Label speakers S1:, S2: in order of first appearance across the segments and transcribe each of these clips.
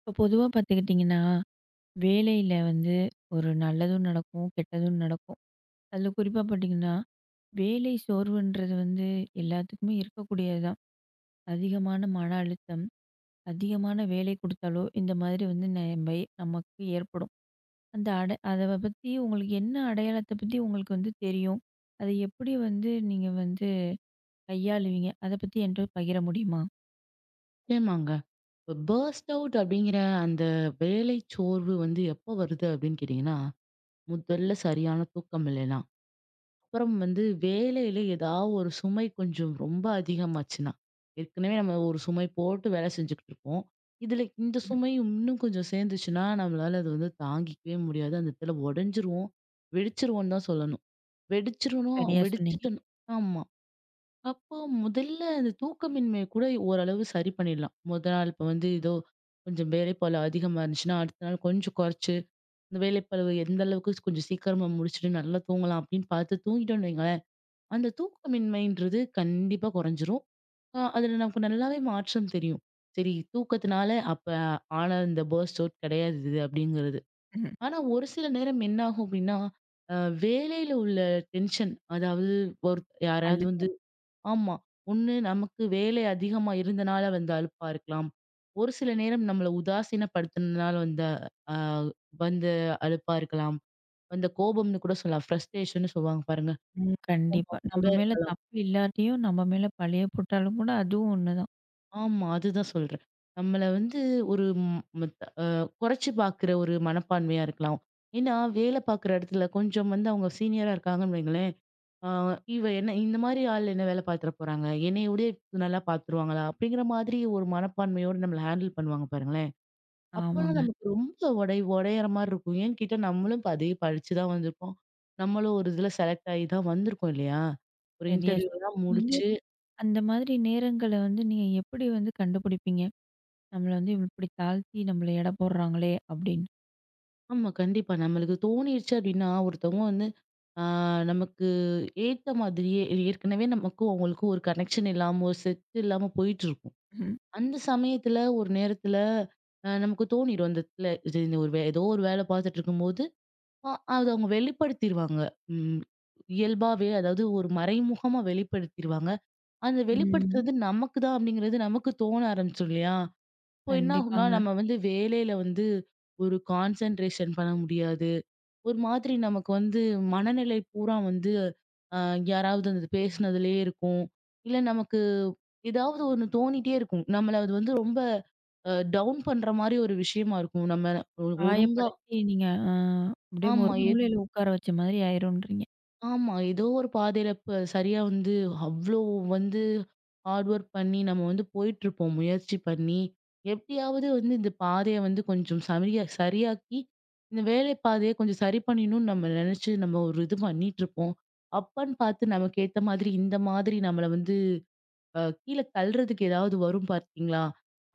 S1: இப்போ பொதுவாக பார்த்துக்கிட்டிங்கன்னா, வேலையில வந்து ஒரு நல்லதும் நடக்கும், கெட்டதும் நடக்கும். அதில குறிப்பா பார்த்தீங்கன்னா, வேலை சோர்வுன்றது வந்து எல்லாத்துக்குமே இருக்கக்கூடியது தான். அதிகமான மன அழுத்தம், அதிகமான வேலை கொடுத்தாலோ, இந்த மாதிரி வந்து நமக்கு ஏற்படும். அந்த அத பத்தி உங்களுக்கு என்ன அடையாளத்த பத்தி உங்களுக்கு வந்து தெரியும்? அதை எப்படி வந்து நீங்க வந்து கையாளுவீங்க? அத பத்தி என்ட்ட பகிர முடியுமா?
S2: நிச்சயமாங்க. இப்ப பர்ஸ்ட் அவுட் அப்படிங்கிற அந்த வேலை சோர்வு வந்து எப்போ வருது அப்படின்னு கேட்டிங்கன்னா, முதல்ல சரியான தூக்கம் இல்லைன்னா, அப்புறம் வந்து வேலையில ஏதாவது ஒரு சுமை கொஞ்சம் ரொம்ப அதிகமாச்சுன்னா, ஏற்கனவே நம்ம ஒரு சுமை போட்டு வேலை செஞ்சுக்கிட்டு இருப்போம். இதில இந்த
S1: ம்ஹ்ம்.
S2: சுமை இன்னும் கொஞ்சம் சேர்ந்துச்சுன்னா, நம்மளால அது வந்து தாங்கிக்கவே முடியாது. அந்த இடத்துல உடைஞ்சிருவோம், வெடிச்சிருவோம்னு தான் சொல்லணும். வெடிச்சிரணும்
S1: சரியா சொன்னீங்க.
S2: வெடிச்சிட்டணும். ஆமா. அப்போ முதல்ல அந்த தூக்கமின்மை கூட ஓரளவு சரி பண்ணிடலாம். முதல் நாள் இப்ப வந்து ஏதோ கொஞ்சம் வேலைப்பளு அதிகமா இருந்துச்சுன்னா, அடுத்த நாள் கொஞ்சம் குறைச்சு, இந்த வேலைப்பளுவு எந்த அளவுக்கு கொஞ்சம் சீக்கிரமா முடிச்சுட்டு நல்லா தூங்கலாம் அப்படின்னு பார்த்து தூங்கிட்டோம்னு வைங்களேன், அந்த தூக்கமின்மைன்றது கண்டிப்பா குறைஞ்சிரும். அதுல நமக்கு நல்லாவே மாற்றம் தெரியும். சரி தூக்கத்தினால அப்ப ஆன இந்த பர்ஸ்ட் அவுட் கிடையாது இது அப்படிங்கிறது.
S1: ம்ஹ்ம்.
S2: ஆனா ஒரு சில நேரம் என்ன ஆகும் அப்படின்னா, அ வேலையில உள்ள டென்ஷன் அதாவது ஒரு யாராவது வந்து
S1: அழுத்தம்.
S2: ஆமா. ஒண்ணு நமக்கு வேலை அதிகமா இருந்தனால வந்த அலுப்பா இருக்கலாம். ஒரு சில நேரம் நம்மள உதாசீனப்படுத்துனனால வந்த அ வந்த அலுப்பா இருக்கலாம். வந்த கோபம்னு கூட சொல்லலாம். ஃப்ரஸ்ட்ரேஷன்னு சொல்லுவாங்க பாருங்க.
S1: ம்.
S2: ஆமா.
S1: கண்டிப்பா. நம்ம மேல தப்பு இல்லாட்டியும், நம்ம மேல பழிய போட்டாலும் கூட அதுவும் ஒண்ணுதான்.
S2: ஆமா. அதுதான் சொல்றேன். நம்மள வந்து ஒரு ம் அ குறைச்சு பார்க்குற ஒரு மனப்பான்மையா இருக்கலாம். ஏன்னா, வேலை பார்க்குற இடத்துல கொஞ்சம் வந்து அவங்க சீனியரா இருக்காங்கன்னு வைங்களேன். ஆ இவ என்ன இந்த மாரி ஆள் என்ன வேலை பார்த்துற போறாங்க? என்னையோடயே நல்லா பார்த்துருவாங்களா? அப்படிங்கிற மாதிரி ஒரு மனப்பான்மையோட நம்மள ஹேண்டில் பண்ணுவாங்க பாருங்களேன். அப்போலாம்
S1: ஆமாங்க.
S2: நமக்கு ரொம்ப உடையிற மாரி இருக்கும். ஏன்னு கேட்டா நம்மளும் இப்ப அதே படிச்சு தான் வந்திருக்கோம். நம்மளும் ஒரு இதுல செலக்ட் ஆகி தான் வந்திருக்கோம் இல்லையா? ஒரு
S1: சரியா சொன்னீங்க.
S2: இன்டர்வியூலாம்
S1: வந்து
S2: முடிச்சு
S1: அந்த மாதிரி நேரங்கள வந்து நீங்க எப்படி வந்து கண்டுபிடிப்பீங்க? நம்மள வந்து இப்படி தாழ்த்தி நம்மள எடை போடுறாங்களே அப்படின்னு.
S2: ஆமா கண்டிப்பா. நம்மளுக்கு தோணிருச்சு அப்படின்னா, ஒருத்தவங்க வந்து ஆ நமக்கு ஏத்த மாதிரியே ஏற்கனவே நமக்கும் அவங்களுக்கும் ஒரு கனெக்ஷன் இல்லாம, ஒரு செட் இல்லாம போயிட்டுருக்கும்.
S1: ம்.
S2: அந்த சமயத்துல ஒரு நேரத்துல நமக்கு தோணிரும். அந்த இடத்துல இது இந்த ஒரு ஏதோ ஒரு வேல பார்த்துட்டு இருக்கும்போது, அத அவங்க வெளிப்படுத்திருவாங்க. ம். இயல்பாவே அதாவது ஒரு மறைமுகமா வெளிப்படுத்திருவாங்க. அந்த
S1: ம்.
S2: வெளிப்படுத்துறது நமக்கு தான் அப்படிங்கிறது நமக்கு தோண ஆரம்பிச்சுரும் இல்லையா? இப்போ என்ன ஆகும்னா,
S1: கண்டிப்பாங்க.
S2: நம்ம வந்து வேலையில வந்து ஒரு கான்சன்ட்ரேஷன் பண்ண முடியாது. ஒரு மாதிரி நமக்கு வந்து மனநிலை பூரா வந்து அ யாராவது அது பேசினதுலயே இருக்கும். இல்ல நமக்கு ஏதாவது ஒண்ணு தோணிட்டே இருக்கும். நம்மள அது வந்து ரொம்ப டவுன் பண்ற மாரி ஒரு விஷயமா இருக்கும். நம்ம ஒழுங்கா
S1: காயப்படுத்தி நீங்க அப்படியே ஒரு
S2: ஆமா.
S1: மூலையில உட்கார வச்ச மாதிரி ஆயிரும்ன்றீங்க.
S2: ஆமா. ஏதோ ஒரு பாதையில இப்ப சரியா வந்து அவ்ளோ வந்து ஹார்ட் ஒர்க் பண்ணி நம்ம வந்து போயிட்டுருப்போம். முயற்சி பண்ணி, எப்படியாவது வந்து இந்த பாதைய வந்து கொஞ்சம் சரியா சரியாக்கி, இந்த வேலை பாதைய கொஞ்சம் சரி பண்ணிடணும்னு நம்ம நெனச்சு நம்ம ஒரு இது பண்ணிட்டுருப்போம். அப்பன்னு பார்த்து நமக்கு ஏத்த மாதிரி இந்த மாதிரி நம்மள வந்து கீழ தள்றதுக்கு ஏதாவது வரும் பார்த்தீங்களா?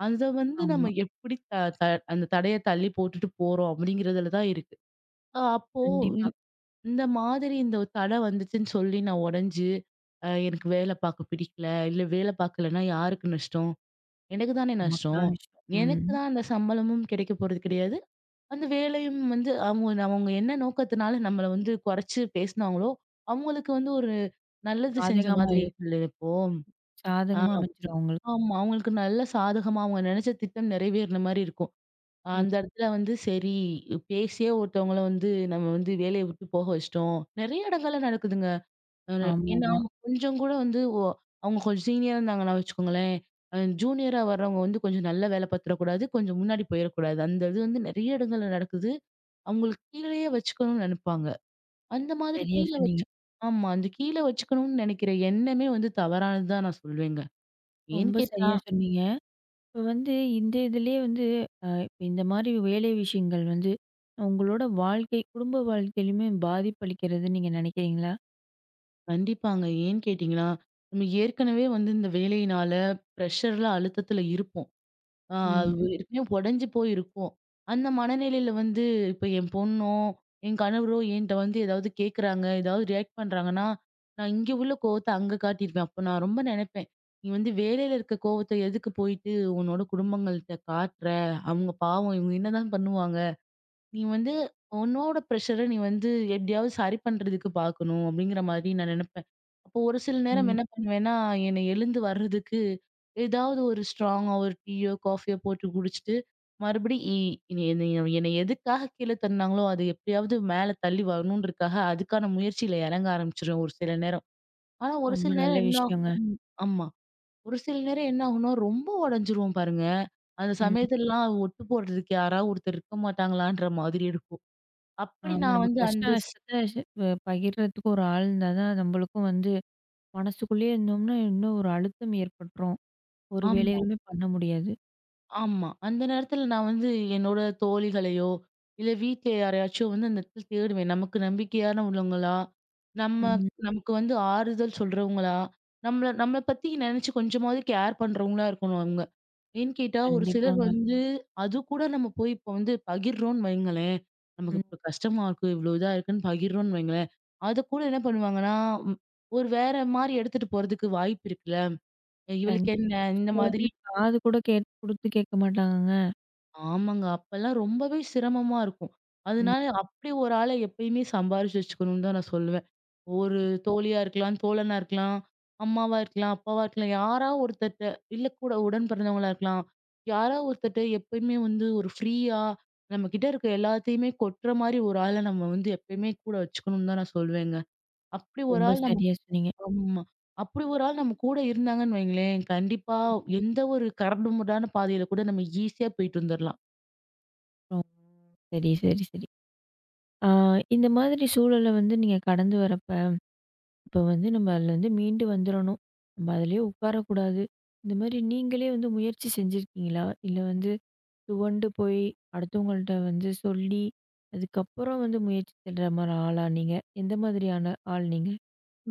S2: அத வந்து நம்ம
S1: ஆமா.
S2: எப்படி த த அந்த தடைய தள்ளி போட்டுட்டு போறோம் அப்படிங்கிறதுல தான் இருக்கு. அப்போ
S1: கண்டிப்பா.
S2: இந்த மாதிரி இந்த தடை வந்துச்சுன்னு சொல்லி நான் உடைஞ்சு, எனக்கு வேலை பார்க்க பிடிக்கல. இல்ல வேலை பார்க்கலன்னா யாருக்கு நஷ்டம்? எனக்கு தானே
S1: நமக்கு
S2: நஷ்டம்.
S1: தான் நஷ்டம். ம்.
S2: எனக்கு தான் அந்த சம்பளமும் கிடைக்க போறது கிடையாது. அந்த வேலையும் வந்து அவங்க அவங்க என்ன நோக்கத்தினால நம்மள வந்து குறைச்சு பேசினாங்களோ, அவங்களுக்கு வந்து ஒரு நல்லது செஞ்ச
S1: சாதகமா
S2: மாதிரி இருக்குல்ல இப்போ. அ
S1: சாதகமா அமைஞ்சிரும் அவங்களுக்கு.
S2: ஆமா. அவங்களுக்கு நல்ல சாதகமா அவங்க நினைச்ச திட்டம் நிறைவேறின மாரி இருக்கும்.
S1: ம்.
S2: அந்த இடத்துல வந்து சரி பேசியே ஒருத்தவங்கள வந்து நம்ம வந்து வேலையை விட்டு போக வச்சுட்டோம். நிறைய இடங்கள்ல நடக்குதுங்க. அ ஏன்னா,
S1: ஆமாமா.
S2: அவங்க கொஞ்சம் கூட வந்து அவங்க கொஞ்சம் சீனியரா இருந்தாங்கன்னா வச்சுக்கோங்களேன், ஜூனியரா வர்றவங்க வந்து கொஞ்சம் நல்ல வேலை பாத்துறக்கூடாது. கொஞ்சம் முன்னாடி போயிறக்கூடாது. அந்த இது வந்து நெறைய இடங்கள்ல நடக்குது. அவங்களுக்கு கீழயே வச்சுக்கணும்னு நெனைப்பாங்க. அந்த மாதிரி
S1: சரியா
S2: கீழ
S1: சொன்னீங்க.
S2: வச்சு ஆமா. அந்த கீழ வச்சுக்கணும்னு நெனைக்கிற எண்ணமே வந்து தவறானது தான் நான் சொல்வேங்க. ஏன்னு
S1: ரொம்ப
S2: கேட்டா
S1: சரியா சொன்னீங்க. இப்ப வந்து இந்த இதுலயே வந்து இந்த மாதிரி வேலை விஷயங்கள் வந்து உங்களோட வாழ்க்கை, குடும்ப வாழ்க்கையிலுமே பாதிப்பளிக்கிறதுன்னு நீங்க நினைக்கிறீங்களா?
S2: கண்டிப்பாங்க. ஏன்னு கேட்டீங்கன்னா, நம்ம ஏற்கனவே வந்து இந்த வேலையினால, பிரஷர்ல, அழுத்தத்துல இருப்போம்.
S1: ம்,
S2: அது ஏற்கனவே உடைஞ்சு போயிருக்கும். அந்த மனநிலையில வந்து இப்ப என் பொண்ணோ, என் கணவரோ என்ட்ட வந்து ஏதாவது கேட்குறாங்க, ஏதாவது ரியாக்ட் பண்றாங்கன்னா, நான் இங்க உள்ள கோவத்த அங்க காட்டியிருப்பேன். அப்ப நான் ரொம்ப நினைப்பேன். "நீ வந்து வேலையில இருக்க கோவத்த எதுக்கு போயிட்டு உன்னோட குடும்பங்கள்ட்ட காட்டுற? அவங்க பாவம் இவங்க என்னதான் பண்ணுவாங்க?" நீ வந்து உன்னோட ப்ரெஷர நீ வந்து எப்படியாவது சரி பண்றதுக்கு பார்க்கணும் அப்படிங்கிற மாதிரி நான் நினைப்பேன். அப்போ ஒரு சில நேரம்
S1: ம்.
S2: என்ன பண்ணுவேன்னா, என்னை எழுந்து வர்றதுக்கு ஏதாவது ஒரு ஸ்ட்ராங்கா ஒரு டீயோ, காஃபியோ போட்டு குடிச்சிட்டு, மறுபடி இனி என்னை எதுக்காக கீழ தள்ளுனாங்களோ, அது எப்படியாவது மேல தள்ளி வரணுன்றதுக்காக அதுக்கான முயற்சியில இறங்க ஆரம்பிச்சுருவேன் ஒரு சில நேரம். ஆனா ஒரு
S1: ரொம்ப
S2: சில
S1: நல்ல
S2: நேரம் என்ன
S1: விஷயங்க.
S2: ஆகும் ஆமா. ஒரு சில நேரம் என்ன ஆகும்னா, ரொம்ப உடைஞ்சிருவோம் பாருங்க. அந்த
S1: ம்.
S2: சமயத்துலலாம் ஒட்டு போடுறதுக்கு யாராவது ஒருத்தர் இருக்க மாட்டாங்களான்ற மாதிரி இருக்கும். அப்படி
S1: ஆமா
S2: நான்
S1: நம்ம
S2: வந்து
S1: கஷ்ட
S2: அந்த
S1: நஷ்டத்த ஷே அ பகிர்றதுக்கு ஒரு ஆள் இருந்தா தான் நம்மளுக்கும் வந்து மனசுக்குள்ளேயே இருந்தோம்னா, இன்னும் ஒரு அழுத்தம் ஏற்பட்டுரும். ஒரு
S2: ஆமா,
S1: வேலைகளுமே பண்ண முடியாது.
S2: ஆமா. அந்த நேரத்துல நான் வந்து என்னோட தோழிகளையோ, இல்ல வீட்ல யாரையாச்சும் வந்து அந்த இடத்துல தேடுவேன். நமக்கு நம்பிக்கையான உள்ளவங்களா, நம்ம
S1: ம்.
S2: நமக்கு வந்து ஆறுதல் சொல்றவங்களா, நம்மள நம்மள பத்தி நெனச்சு கொஞ்சமாவது கேர் பண்றவங்களா இருக்கணும் அவங்க. ஏன்னு கேட்டா, ஒரு சிலர்
S1: கண்டிப்பாங்க.
S2: வந்து அது கூட நம்ம போய் இப்போ வந்து பகிர்றோம்ன்னு வைங்களேன், நமக்கு
S1: ம்.
S2: இப்ப கஷ்டமா இருக்கு, இவ்வளோ இதா இருக்குன்னு பகிர்றோம்ன்னு வைங்களேன், அத கூட என்ன பண்ணுவாங்கன்னா, ம் ஒரு வேற மாரி எடுத்துட்டு போறதுக்கு வாய்ப்பு இருக்குல்ல.
S1: கண்டிப்பா.
S2: இவளுக்கென்ன?
S1: ஒரு
S2: இந்த
S1: சிலர்
S2: மாதிரி
S1: வந்து காது கூட கேட் குடுத்து கேட்க மாட்டாங்கங்க.
S2: ஆமாங்க. அப்பல்லாம் ரொம்பவே சிரமமா இருக்கும்.
S1: ம்.
S2: அதனால அப்படி ஒரு ஆள எப்பயுமே சம்பாரிச்சு வச்சுக்கணும்னு தான் நான் சொல்லுவேன். ஒரு தோழியா இருக்கலாம், தோழனா இருக்கலாம், அம்மாவா இருக்கலாம், அப்பாவா இருக்கலாம். யாரா ஒருத்தர்ட்ட இல்ல கூட உடன் பிறந்தவங்களா இருக்கலாம். யாரா ஒருத்தர்ட்ட எப்பயுமே வந்து ஒரு ஃப்ரீயா நம்மகிட்ட இருக்க எல்லாத்தையுமே கொட்டுற மாரி ஒரு ஆள நம்ம வந்து எப்பயுமே கூட வச்சுக்கணும்னு தான் நான் சொல்வேங்க. அப்படி ஒரு
S1: ரொம்ப
S2: ஆள்
S1: சரியா சொன்னீங்க.
S2: ஆமா. அப்படி ஒரு ஆள் நம்ம கூட இருந்தாங்கன்னு வைங்களேன், கண்டிப்பா எந்த ஒரு கரடுமுரடான பாதையில கூட நம்ம ஈஸியா போயிட்டு வந்துரலாம்.
S1: ரொம் சரி, சரி, சரி. ஆ, இந்த மாதிரி சூழல வந்து நீங்க கடந்து வரப்ப, இப்ப வந்து நம்ம அதுலருந்து மீண்டு வந்துரணும். நம்ம அதுலயே உட்காரக்கூடாது. இந்த மாரி நீங்களே வந்து முயற்சி செஞ்சிருக்கீங்களா? இல்ல வந்து துவண்டு போய் அடுத்தவங்கள்ட்ட வந்து சொல்லி, அதுக்கப்புறம் வந்து முயற்சி செல்ற மாரி ஆளா நீங்க? எந்த மாதிரியான ஆள் நீங்க?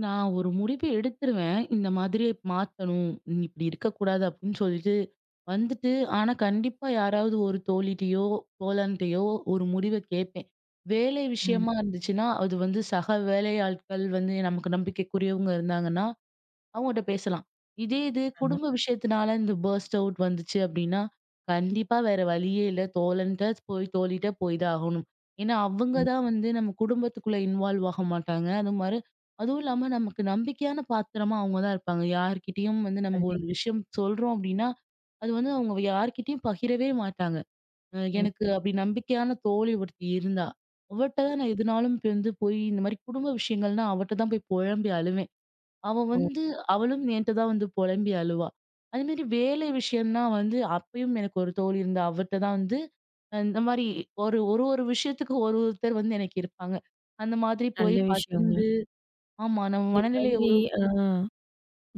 S2: நான் ஒரு முடிவு எடுத்துருவேன். இந்த மாதிரி மாத்தணும். நீ இப்படி இருக்கக்கூடாது அப்படின்னு சொல்லிட்டு வந்துட்டு, ஆனா கண்டிப்பா யாராவது ஒரு தோழிட்டயோ, தோழன்ட்டயோ ஒரு முடிவ கேட்பேன். வேலை
S1: ம்.
S2: விஷயமா இருந்துச்சுன்னா, அது வந்து சக வேலை ஆட்கள் வந்து நமக்கு நம்பிக்கைக்குரியவங்க இருந்தாங்கன்னா, அவங்கட்ட பேசலாம். இதே இது
S1: ஆமா.
S2: குடும்ப விஷயத்தினால இந்த பர்ஸ்ட் அவுட் வந்துச்சு அப்டின்னா, கண்டிப்பா வேற வழியே இல்ல. தோழன்ட்ட போய் தோழிட்ட போய் தான் ஆகணும். ஏன்னா, அவங்க
S1: ம்.
S2: தான் வந்து நம்ம குடும்பத்துக்குள்ள இன்வால்வ் ஆக மாட்டாங்க. அது மாரி அதுவும் இல்லாம நமக்கு நம்பிக்கையான பாத்திரமா அவங்க தான் இருப்பாங்க. யார்கிட்டயும் வந்து நம்ம ஒரு
S1: கண்டிப்பா.
S2: விஷயம் சொல்றோம் அப்டின்னா, அது வந்து அவங்க யார்கிட்டயும் பகிரவே மாட்டாங்க.
S1: ம்.
S2: எனக்கு அப்டி நம்பிக்கையான தோழி ஒருத்தி இருந்தா, அவட்ட தான் நான் எதுனாலும் இப்ப வந்து போய் இந்த மாரி குடும்ப விஷயங்கள்னா அவட்ட தான் போய் புழம்பி அழுவேன். அவ
S1: ஓ!
S2: வந்து அவளும் என்கிட்ட தான் வந்து புலம்பி அழுவா. அதேமாரி வேலை விஷயம்னா வந்து அப்பயும் எனக்கு ஒரு தோழி இருந்தா. அவட்ட தான் வந்து இந்த மாரி ஒரு ஒரு ஒரு விஷயத்துக்கு ஒருத்தர் வந்து எனக்கு இருப்பாங்க. அந்த மாதிரி போய்
S1: நல்ல விஷயங்க.
S2: பகிர்ந்து ஆமா நம்ம
S1: இந்த
S2: மனநிலைய
S1: மாதிரி
S2: ஒரு
S1: ஆ.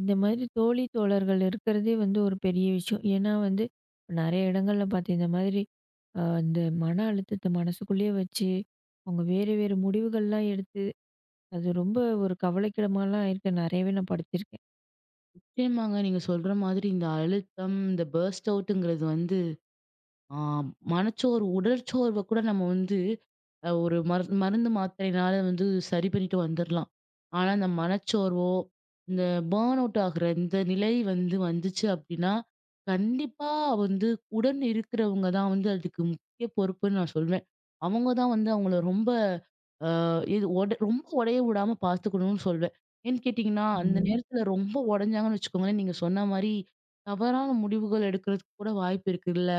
S1: இந்த மாதிரி தோழி, தோழர்கள் இருக்கிறதே வந்து ஒரு பெரிய விஷயம். ஏன்னா வந்து, நெறைய இடங்கள்ல பார்த்தேன். இந்த மாதிரி இந்த மன அழுத்தத்த மனசுக்குள்ளேயே வச்சு, அவங்க வேறு வேறு முடிவுகள்லாம் எடுத்து, அது ரொம்ப ஒரு கவலைக்கிடமாலாம் இருக்க நெறையவே நான் படிச்சிருக்கேன்.
S2: நிச்சயமாங்க. நீங்க சொல்ற மாதிரி இந்த அழுத்தம், இந்த பர்ஸ்ட் அவுட்ங்கிறது வந்து ஆ மனச்சோர்வு, உடற்சோர்வ கூட நம்ம வந்து ஒரு மருந்து மாத்திரையினால வந்து சரி பண்ணிட்டு வந்துரலாம். ஆனா, இந்த மனச்சோர்வோ, இந்த பர்ன் அவுட் ஆகுற இந்த நிலை வந்து வந்துச்சு அப்டின்னா, கண்டிப்பா வந்து உடன் இருக்கிறவங்க தான் வந்து அதுக்கு முக்கிய பொறுப்புன்னு நான் சொல்வேன். அவங்க தான் வந்து அவங்கள ரொம்ப அ இது ஒட ரொம்ப உடைய விடாம பார்த்துக்கணும்னு சொல்வேன். ஏன்னு கேட்டீங்கன்னா, அந்த
S1: ம்.
S2: நேரத்துல ரொம்ப உடஞ்சாங்கன்னு வச்சுக்கோங்களேன், நீங்க சொன்ன மாரி தவறான முடிவுகள் எடுக்கிறதுக்கு கூட வாய்ப்பு இருக்குல்ல.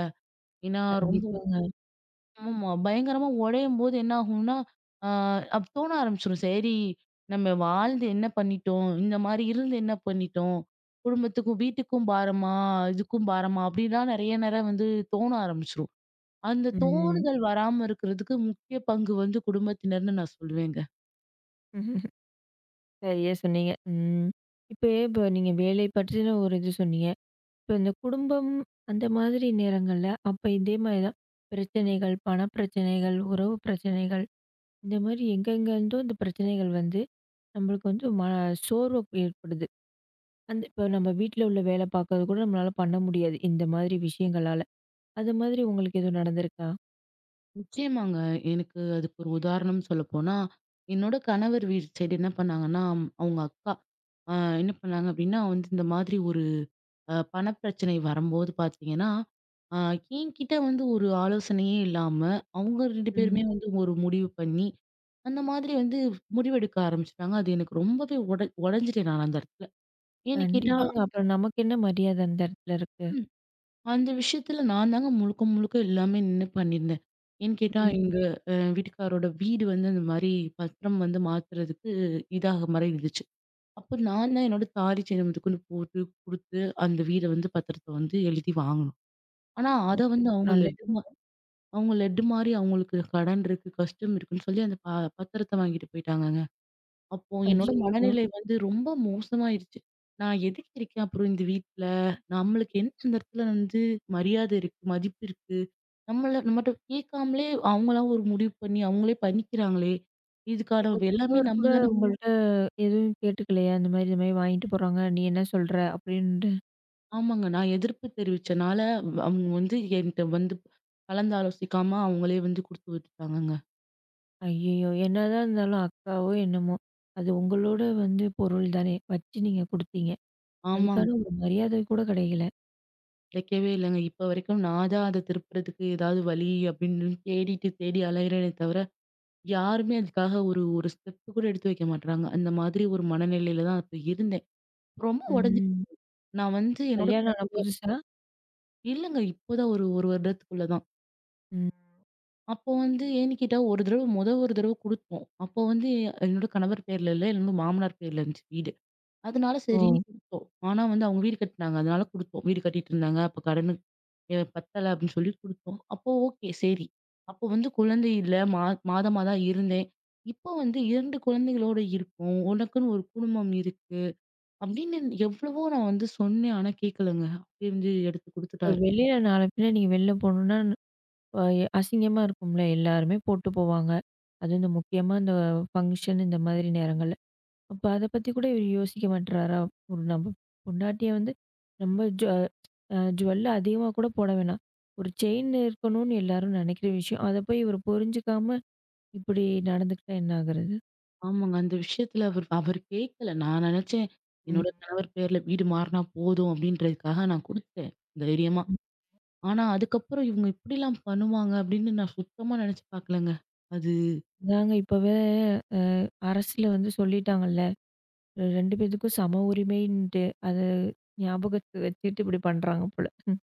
S2: ஏன்னா ரொம்ப
S1: கண்டிப்பாங்க.
S2: ஆமாமா. பயங்கரமா உடையும்போது என்ன ஆகும்னா, ஆ அப்ப தோண ஆரம்பிச்சுரும். சரி நம்ம வாழ்ந்து என்ன பண்ணிட்டோம்? இந்த மாரி இருந்து என்ன பண்ணிட்டோம்? குடும்பத்துக்கும், வீட்டுக்கும் பாரமா, இதுக்கும் பாரமா அப்படிலாம் நெறைய நேரம் வந்து தோண ஆரம்பிச்சுரும். அந்த
S1: ம்.
S2: தோணுதல் வராம இருக்கிறதுக்கு முக்கிய பங்கு வந்து குடும்பத்தினர்னு நான் சொல்லுவேங்க.
S1: ம். சரியா சொன்னீங்க. ம். இப்ப இப்ப நீங்க வேலை பற்றின ஒரு இது சொன்னீங்க. இப்ப இந்த குடும்பம் அந்த மாதிரி நேரங்கள்ல, அப்ப இதே மாரி தான் பிரச்சனைகள், பண பிரச்சனைகள், உறவு பிரச்சனைகள் இந்த மாரி எங்கெங்க இருந்தோ இந்த பிரச்சனைகள் வந்து, நம்மளுக்கு வந்து சோர்வ ஏற்படுது. அந்த இப்போ நம்ம வீட்ல உள்ள வேலை பார்க்கறது கூட நம்மளால பண்ண முடியாது, இந்த மாதிரி விஷயங்களால. அது மாதிரி உங்களுக்கு எதுவும் நடந்திருக்கா?
S2: நிச்சயமாங்க. எனக்கு அதுக்கு ஒரு உதாரணம் சொல்லப்போனா, என்னோட கணவர் வீடு சைடு என்ன பண்ணாங்கன்னா, அவங்க அக்கா, ஆ என்ன பண்ணாங்க அப்படின்னா வந்து இந்த மாதிரி ஒரு பணப்பிரச்சனை வரும்போது பார்த்தீங்கன்னா, அ என்கிட்ட வந்து ஒரு ஆலோசனையே இல்லாம, அவங்க 2
S1: ம்.
S2: பேருமே வந்து ஒரு முடிவு பண்ணி, அந்த மாதிரி வந்து முடிவெடுக்க ஆரம்பிச்சுட்டாங்க. அது எனக்கு ரொம்பவே உடைஞ்சுட்டேன் நான் அந்த இடத்துல. ஏன்னு கேட்டா
S1: கண்டிப்பாங்க. அப்புறம் நமக்கு என்ன மரியாதை அந்த இடத்துல இருக்கு?
S2: ம். அந்த விஷயத்துல நான் தாங்க முழுக்க முழுக்க எல்லாமே நின்னு பண்ணியிருந்தேன். ஏன்னு கேட்டா,
S1: ம்.
S2: எங்க வீட்டுக்காரோட வீடு வந்து இந்த மாரி பத்திரம் வந்து மாத்துறதுக்கு இதாக மாரி இருந்துச்சு. அப்போ நான் தான் என்னோட தாலி செயின் முதற்கொண்டு போட்டு, குடுத்து அந்த வீட வந்து பத்திரத்த வந்து எழுதி வாங்குனேன். ஆனா, அத வந்து அவங்க
S1: நல்ல
S2: லெட்டு மா அவங்க லெட்டு மாரி அவங்களுக்கு கடன் இருக்கு, கஷ்டம் இருக்குன்னு சொல்லி அந்த பத்திரத்த வாங்கிட்டு போயிட்டாங்கங்க. அப்போ என்னோட
S1: ஐய்யயோ!
S2: மனநிலை வந்து ரொம்ப மோசமாயிருச்சு. நான் எதுக்கு இருக்கேன் அப்புறம் இந்த வீட்ல? நம்மளுக்கு என்ன அந்த இடத்துல வந்து மரியாதை இருக்கு, மதிப்பு இருக்கு. நம்மள நம்மட்ட கேட்காமலே அவங்களா ஒரு முடிவு பண்ணி அவங்களே பண்ணிக்கிறாங்களே! இதுக்கான எல்லாமே
S1: கணவர்
S2: நம்ம
S1: கூட
S2: தானே
S1: உங்கள்ட்ட எதுவும் கேட்டுக்கலையா? இந்த மாரி, இந்த மாரி வாங்கிட்டு போறாங்க, நீ என்ன சொல்ற? அப்படின்ட்டு.
S2: ஆமாங்க. நான் எதிர்ப்பு தெரிவிச்சனால அவங்க வந்து என்ட்ட வந்து கலந்து ஆலோசிக்காம அவங்களே வந்து குடுத்து விட்டுட்டாங்கங்க.
S1: ஐய்யயோ! என்னதான் இருந்தாலும் அக்காவோ என்னமோ, அது உங்களோட வந்து பொருள் தானே, வச்சு நீங்க குடுத்தீங்க.
S2: ஆமாங்க.
S1: அதுக்கான ஒரு மரியாதை கூட கிடைக்கல.
S2: கிடைக்கவே இல்லங்க. இப்ப வரைக்கும் நான் தான் அத திருப்புறதுக்கு ஏதாவது வழி அப்படின்னு தேடிட்டு தேடி அலையிறேனே தவிர, யாருமே அதுக்காக ஒரு ஒரு ஸ்டெப் கூட எடுத்து வைக்க மாட்றாங்க. அந்த மாதிரி ஒரு மனநிலையில தான் அப்ப இருந்தேன். ரொம்ப உடைஞ்சு
S1: ம்.
S2: நான் வந்து என்னோட
S1: கல்யாணம் ஆன புதுசா?
S2: இல்லங்க. இப்போதான் ஒரு 1 வருடத்துக்குள்ள தான்.
S1: ம்.
S2: அப்போ வந்து ஏன்னு கேட்டா, ஒரு தடவ குடுத்தோம். அப்போ வந்து என்னோட கணவர் பேர்ல இல்ல, என்னோட மாமனார் பேர்ல இருந்துச்சு வீடு. அதனால
S1: ஓ!
S2: சரின்னு குடுத்தோம். ஆனா வந்து அவங்க வீடு கட்டுனாங்க. அதனால குடுத்தோம். வீடு கட்டிட்டு இருந்தாங்க. அப்ப கடன் பத்தல அப்படின்னு சொல்லி குடுத்தோம். அப்போ ஓகே சரி. அப்போ வந்து குழந்தை இல்ல. மாதமா தான் இருந்தேன். இப்போ வந்து 2 குழந்தைகளோட இருக்கோம். உனக்குன்னு ஒரு குடும்பம் இருக்கு. அப்படின்னு எவ்வளவோ நான் வந்து சொன்னேன். ஆனா கேட்கலங்க. அப்படியே வந்து எடுத்து
S1: இப்ப
S2: குடுத்துட்டாரு.
S1: வெளியில நாள பின்ன நீங்க வெளில போணும்னா, அ அசிங்கமா இருக்கும்ல. எல்லாருமே போட்டு போவாங்க. அதுவும் இந்த முக்கியமா இந்த ஃபங்ஷன் இந்த மாதிரி நேரங்கள்ல. அப்ப அத பத்தி கூட இவரு யோசிக்க மாட்றாரா? ஒரு நம்ம பொண்டாட்டிய வந்து ரொம்ப ஜ அ ஜுவல் அதிகமா கூட போட வேணாம். ஒரு செயின் இருக்கணும்னு எல்லாரும் நெனைக்கிற விஷயம். அத போய் இவரு புரிஞ்சுக்காம இப்படி நடந்துக்கிட்டா என்ன ஆகுறது?
S2: ஆமாங்க. அந்த விஷயத்துல அவர் அவர் கேட்கல. நான் நினைச்சேன்,
S1: ம்.
S2: என்னோட கணவர் பேர்ல வீடு மாறுனா போதும் அப்படின்றதுக்காக நான் குடுத்தேன், தைரியமா.
S1: ம்.
S2: ஆனா அதுக்கப்புறம் இவங்க இப்படிலாம் பண்ணுவாங்க அப்படின்னு நான் சுத்தமா நினைச்சு பார்க்கலங்க. அது
S1: அதாங்க இப்பவே அ அரசுல வந்து சொல்லிட்டாங்கல்ல. 2 பேத்துக்கும் சம உரிமைன்ட்டு, அத ஞாபகத்த வச்சுட்டு இப்படி பண்றாங்க போல. ம்.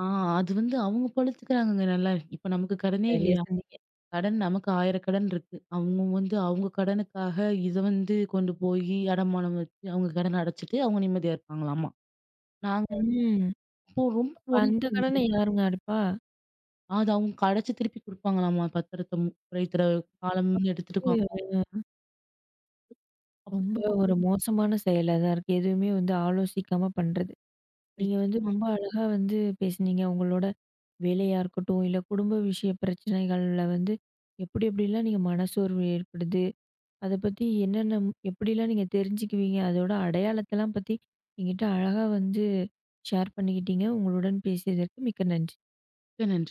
S2: ஆ அது வந்து அவங்க பொழச்சுக்கிறாங்கங்க நல்லா. இப்ப நமக்கு கடனே
S1: சரியா
S2: இல்லையா?
S1: சொன்னீங்க.
S2: கடன் நமக்கு 1,000 கடன் இருக்கு. அவங்க வந்து அவங்க கடனுக்காக இத வந்து கொண்டு போயி அடமானம் வச்சு, அவங்க கடன அடைச்சுட்டு அவங்க நிம்மதியா இருப்பாங்களாமா. நாங்க
S1: ம்.
S2: அப்போ ரொம்ப
S1: இப்ப அந்த
S2: உடஞ்சு
S1: கடன யாருங்க அடைப்பா?
S2: அது அவங்க அடைச்சு திருப்பி குடுப்பாங்களாமா பத்திரத்த காலம்னு எடுத்துட்டு
S1: இது
S2: போவாங்க.
S1: ரொம்ப
S2: அப்படித்தாங்க போச்சு.
S1: ஒரு மோசமான செயலா தான் இருக்கு. எதுவுமே வந்து ஆலோசிக்காம பண்றது. நீங்க வந்து
S2: நிச்சயமா
S1: ரொம்ப அழகா வந்து பேசுனீங்க. உங்களோட வேலையா இருக்கட்டும், இல்ல குடும்ப விஷய பிரச்சனைகள்ல வந்து எப்படி எப்படிலாம் நீங்க மனசோர்வு ஏற்படுது? அத பத்தி என்னென்ன எப்படிலாம் நீங்க தெரிஞ்சுக்குவீங்க? அதோட அடையாளத்தலாம் பத்தி என்கிட்ட அழகா வந்து ஷேர் பண்ணிக்கிட்டீங்க. உங்களுடன் பேசியதற்கு மிக்க நன்றி.
S2: மிக்க நன்றி.